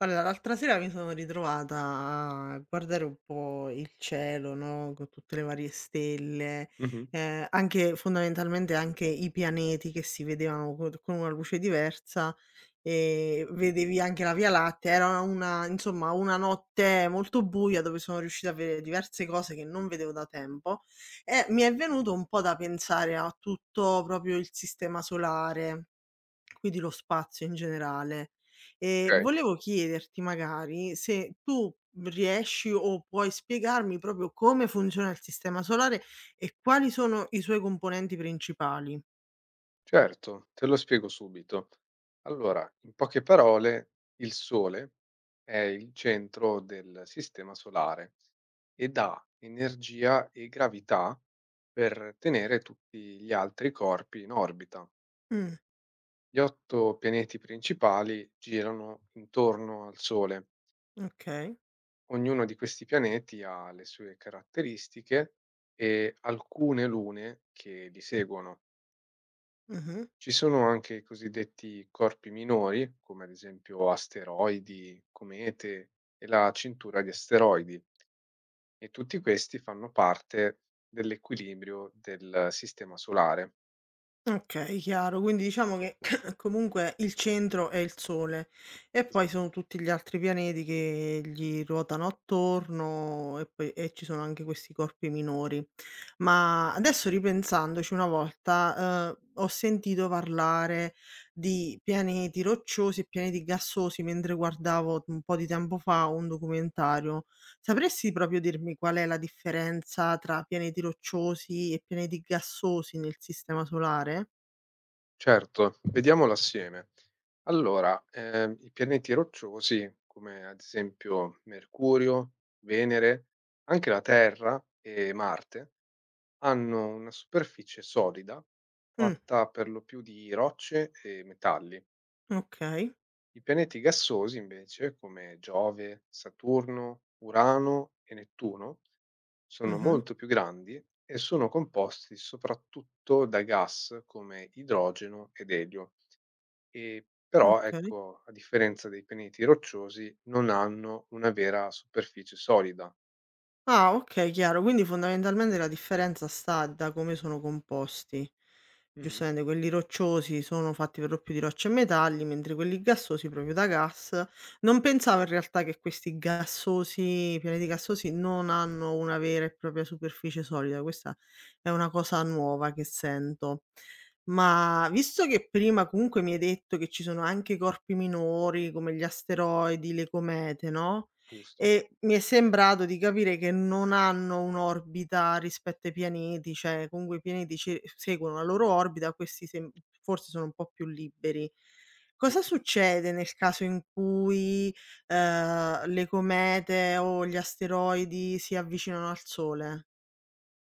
Allora, l'altra sera mi sono ritrovata a guardare un po' il cielo, no, con tutte le varie stelle, Mh-mh. Anche fondamentalmente anche i pianeti che si vedevano co con una luce diversa, vedevi anche la Via Lattea, era una, insomma, una notte molto buia dove sono riuscita a vedere diverse cose che non vedevo da tempo e mi è venuto un po' da pensare a tutto proprio il sistema solare, quindi lo spazio in generale. Okay, Volevo chiederti magari se tu riesci o puoi spiegarmi proprio come funziona il sistema solare e quali sono i suoi componenti principali. certo, te lo spiego subito. Allora, in poche parole, il Sole è il centro del sistema solare ed ha energia e gravità per tenere tutti gli altri corpi in orbita. Mh, Gli 8 pianeti principali girano intorno al Sole. okay. Ognuno di questi pianeti ha le sue caratteristiche e alcune lune che li seguono. Mh-mh. Ci sono anche i cosiddetti corpi minori, come ad esempio asteroidi, comete e la cintura di asteroidi, e tutti questi fanno parte dell'equilibrio del sistema solare. Okay, chiaro. Quindi diciamo che comunque il centro è il Sole e Esa- poi sono tutti gli altri pianeti che gli ruotano attorno e poi e ci sono anche questi corpi minori. Ma adesso ripensandoci una volta, ho sentito parlare di pianeti rocciosi e pianeti gassosi mentre guardavo un po' di tempo fa un documentario. Sapresti proprio dirmi qual è la differenza tra pianeti rocciosi e pianeti gassosi nel sistema solare? Certo, vediamolo assieme. Allora, i pianeti rocciosi, come ad esempio Mercurio, Venere, anche la Terra e Marte, hanno una superficie solida Mh, fatta per lo più di rocce e metalli. okay. I pianeti gassosi invece, come Giove, Saturno, Urano e Nettuno, sono Mh-mh. molto più grandi e sono composti soprattutto da gas come idrogeno ed elio. E però, Okay. ecco, a differenza dei pianeti rocciosi, non hanno una vera superficie solida. Ah, okay, chiaro. Quindi fondamentalmente la differenza sta da come sono composti. Mhm. Giustamente quelli rocciosi sono fatti per lo più di rocce e metalli, mentre quelli gassosi proprio da gas. Non pensavo in realtà che questi gassosi i pianeti gassosi non hanno una vera e propria superficie solida, questa è una cosa nuova che sento. Ma visto che prima comunque mi hai detto che ci sono anche corpi minori come gli asteroidi, le comete, no, Giusto? e mi è sembrato di capire che non hanno un'orbita rispetto ai pianeti, cioè comunque i pianeti ce seguono la loro orbita, questi sem forse sono un po' più liberi. Cosa succede nel caso in cui, le comete o gli asteroidi si avvicinano al Sole?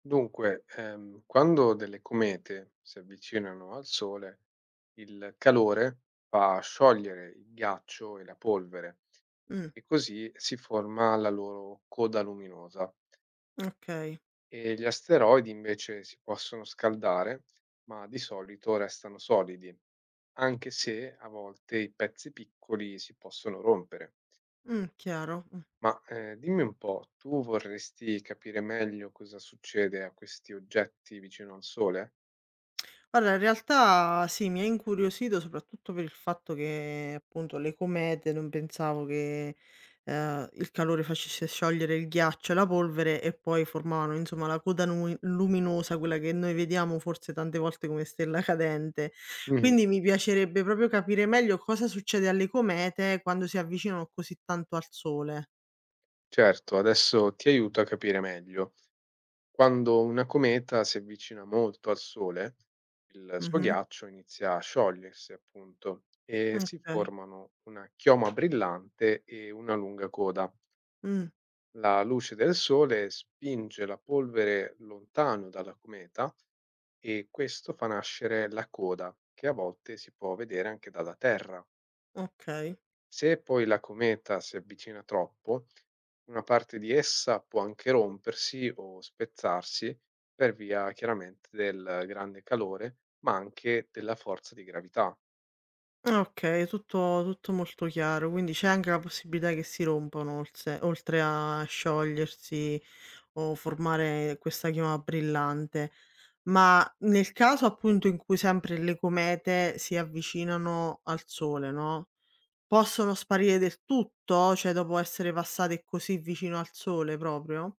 Dunque, quando delle comete si avvicinano al Sole, il calore fa sciogliere il ghiaccio e la polvere Mh, e così si forma la loro coda luminosa. okay. E gli asteroidi invece si possono scaldare, ma di solito restano solidi, anche se a volte i pezzi piccoli si possono rompere. Chiaro. Mh. Ma dimmi un po', tu vorresti capire meglio cosa succede a questi oggetti vicino al Sole? Guarda, in realtà sì, mi ha incuriosito soprattutto per il fatto che, appunto, le comete non pensavo che, il calore facesse sciogliere il ghiaccio e la polvere e poi formavano, insomma, la coda numi luminosa, quella che noi vediamo forse tante volte come stella cadente. Mhm. Quindi mi piacerebbe proprio capire meglio cosa succede alle comete quando si avvicinano così tanto al Sole. Certo, adesso ti aiuto a capire meglio. Quando una cometa si avvicina molto al Sole, il suo Mh-mh. ghiaccio inizia a sciogliersi, appunto, e si Okay. formano una chioma brillante e una lunga coda. Mh, La luce del Sole spinge la polvere lontano dalla cometa e questo fa nascere la coda, che a volte si può vedere anche dalla Terra. okay. Se poi la cometa si avvicina troppo, una parte di essa può anche rompersi o spezzarsi per via chiaramente del grande calore, ma anche della forza di gravità. Ah, okay, tutto tutto molto chiaro, quindi c'è anche la possibilità che si rompano olse oltre a sciogliersi o formare questa chioma brillante. Ma nel caso appunto in cui sempre le comete si avvicinano al Sole, no, possono sparire del tutto? Cioè dopo essere passate così vicino al Sole proprio?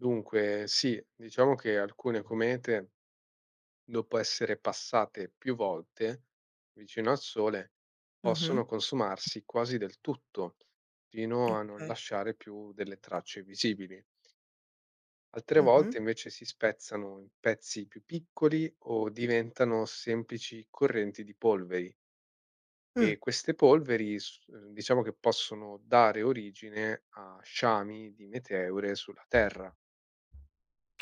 Dunque, sì, diciamo che alcune comete, dopo essere passate più volte vicino al Sole, Mh-mh. possono consumarsi quasi del tutto, fino a non Okay. lasciare più delle tracce visibili. Altre Mh-mh. volte invece si spezzano in pezzi più piccoli o diventano semplici correnti di polveri Mh. e queste polveri diciamo che possono dare origine a sciami di meteore sulla Terra.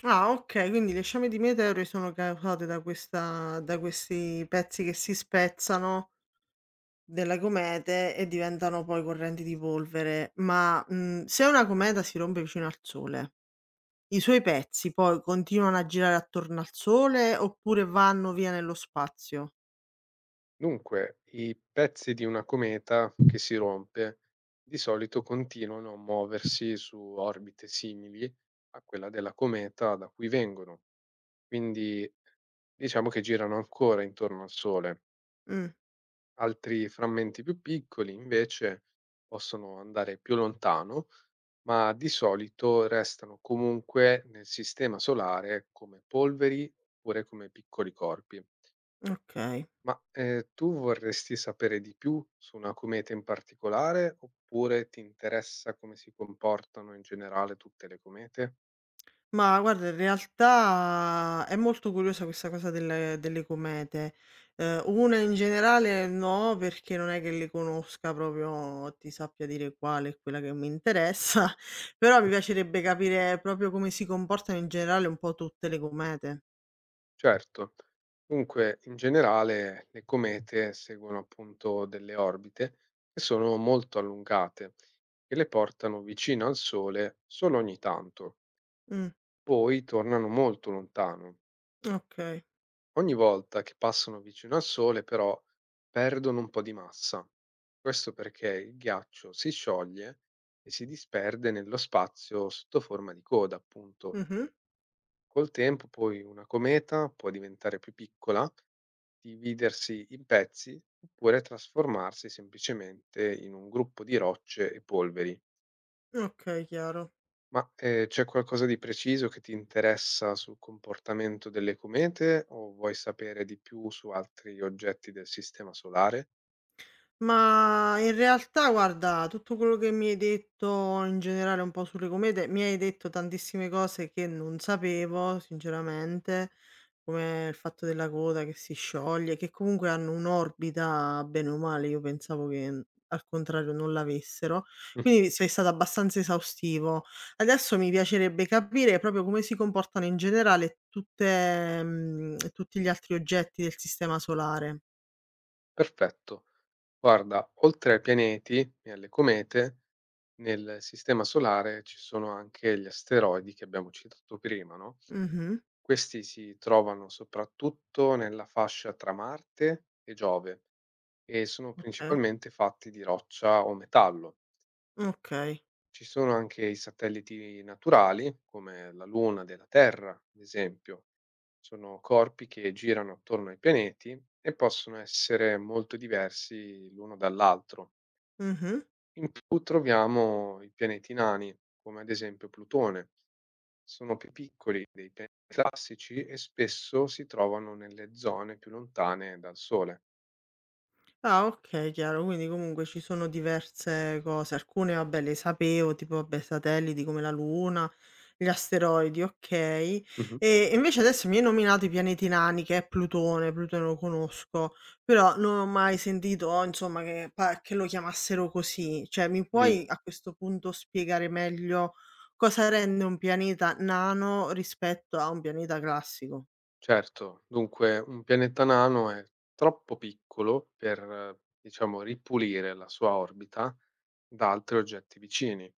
Ah, okay, quindi le sciame di meteore sono causate da questi pezzi che si spezzano della comete e diventano poi correnti di polvere. Ma, se una cometa si rompe vicino al Sole, i suoi pezzi poi continuano a girare attorno al Sole oppure vanno via nello spazio? Dunque, i pezzi di una cometa che si rompe di solito continuano a muoversi su orbite simili a quella della cometa da cui vengono, quindi diciamo che girano ancora intorno al Sole. Mh, Altri frammenti più piccoli, invece, possono andare più lontano, ma di solito restano comunque nel sistema solare come polveri oppure come piccoli corpi. okay. Ma tu vorresti sapere di più su una cometa in particolare oppure ti interessa come si comportano in generale tutte le comete? Ma guarda, in realtà è molto curiosa questa cosa delle comete. Una in generale no, perché non è che le conosca proprio, ti sappia dire quale è quella che mi interessa, però mi piacerebbe capire proprio come si comportano in generale un po' tutte le comete. Certo. Dunque, in generale, le comete seguono appunto delle orbite che sono molto allungate e le portano vicino al Sole solo ogni tanto. Mh, Poi tornano molto lontano. okay. Ogni volta che passano vicino al Sole, però, perdono un po' di massa. Questo perché il ghiaccio si scioglie e si disperde nello spazio sotto forma di coda, appunto. Mh-mh. Col tempo, poi, una cometa può diventare più piccola, dividersi in pezzi oppure trasformarsi semplicemente in un gruppo di rocce e polveri. Okay, chiaro. Ma c'è qualcosa di preciso che ti interessa sul comportamento delle comete o vuoi sapere di più su altri oggetti del sistema solare? Ma in realtà guarda, tutto quello che mi hai detto in generale un po' sulle comete, mi hai detto tantissime cose che non sapevo sinceramente, come il fatto della coda che si scioglie, che comunque hanno un'orbita bene o male, io pensavo che, al contrario non l'avessero. Mhm. Quindi sei stato abbastanza esaustivo. Adesso mi piacerebbe capire proprio come si comportano in generale tutti gli altri oggetti del sistema solare. Perfetto. Guarda, oltre ai pianeti e alle comete, nel sistema solare ci sono anche gli asteroidi che abbiamo citato prima, no? Mh-mh. Questi si trovano soprattutto nella fascia tra Marte e Giove. E sono Okay, principalmente fatti di roccia o metallo. okay. Ci sono anche i satelliti naturali, come la Luna della Terra, ad esempio. Sono corpi che girano attorno ai pianeti e possono essere molto diversi l'uno dall'altro. Mh-mh. In più troviamo i pianeti nani, come ad esempio Plutone. Sono più piccoli dei pianeti classici e spesso si trovano nelle zone più lontane dal Sole. Ah, okay, chiaro. Quindi comunque ci sono diverse cose. Alcune, vabbè, le sapevo, tipo vabbè satelliti come la Luna, gli asteroidi, okay. Mhm. E invece adesso mi hai nominato i pianeti nani, che è Plutone. Plutone lo conosco, però non ho mai sentito, insomma, che pa che lo chiamassero così. Cioè mi Mm. puoi a questo punto spiegare meglio cosa rende un pianeta nano rispetto a un pianeta classico? Certo, dunque un pianeta nano è troppo piccolo per, diciamo, ripulire la sua orbita da altri oggetti vicini.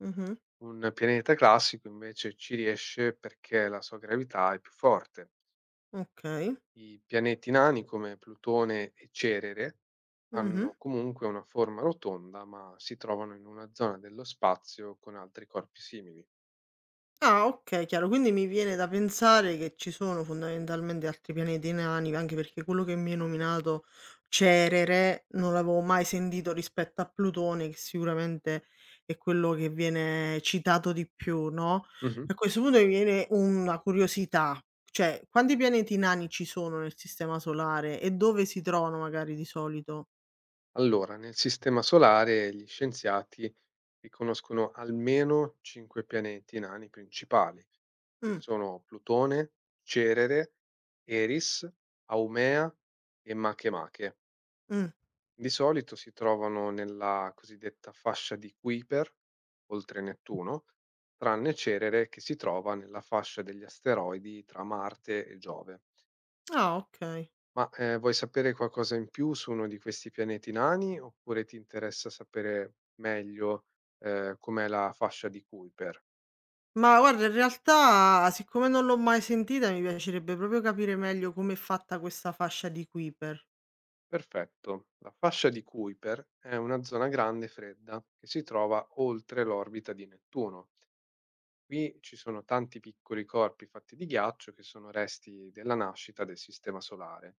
Mh-mh, Un pianeta classico invece ci riesce perché la sua gravità è più forte. okay. I pianeti nani come Plutone e Cerere Mh-mh. hanno comunque una forma rotonda, ma si trovano in una zona dello spazio con altri corpi simili. Ah, okay, chiaro. Quindi mi viene da pensare che ci sono fondamentalmente altri pianeti nani, anche perché quello che mi hai nominato, Cerere, non l'avevo mai sentito rispetto a Plutone, che sicuramente è quello che viene citato di più, no, Mhm. a questo punto mi viene una curiosità, cioè quanti pianeti nani ci sono nel sistema solare e dove si trovano magari di solito? Allora, nel Sistema Solare gli scienziati riconoscono almeno cinque pianeti nani principali, che Mh, sono Plutone, Cerere, Eris, Haumea e Makemake. mh. Di solito si trovano nella cosiddetta fascia di Kuiper, oltre Nettuno, tranne Cerere che si trova nella fascia degli asteroidi tra Marte e Giove. Ah, okay. Ma, vuoi sapere qualcosa in più su uno di questi pianeti nani, oppure ti interessa sapere meglio, com'è la fascia di Kuiper? Ma guarda, in realtà siccome non l'ho mai sentita, mi piacerebbe proprio capire meglio com'è fatta questa fascia di Kuiper. Perfetto, la fascia di Kuiper è una zona grande e fredda che si trova oltre l'orbita di Nettuno. Qui ci sono tanti piccoli corpi fatti di ghiaccio che sono resti della nascita del Sistema Solare.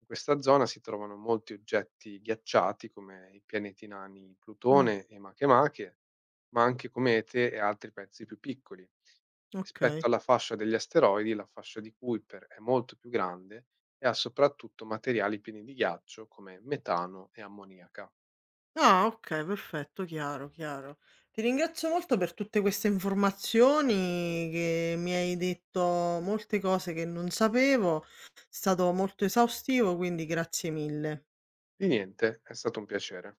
In questa zona si trovano molti oggetti ghiacciati come i pianeti nani Mh, Plutone e Makemake, ma anche comete e altri pezzi più piccoli. Rispetto okay. alla fascia degli asteroidi, la fascia di Kuiper è molto più grande e ha soprattutto materiali pieni di ghiaccio come metano e ammoniaca. Ah, okay, perfetto, chiaro, chiaro. Ti ringrazio molto per tutte queste informazioni che mi hai detto, molte cose che non sapevo. È stato molto esaustivo, quindi grazie mille. Di niente, è stato un piacere.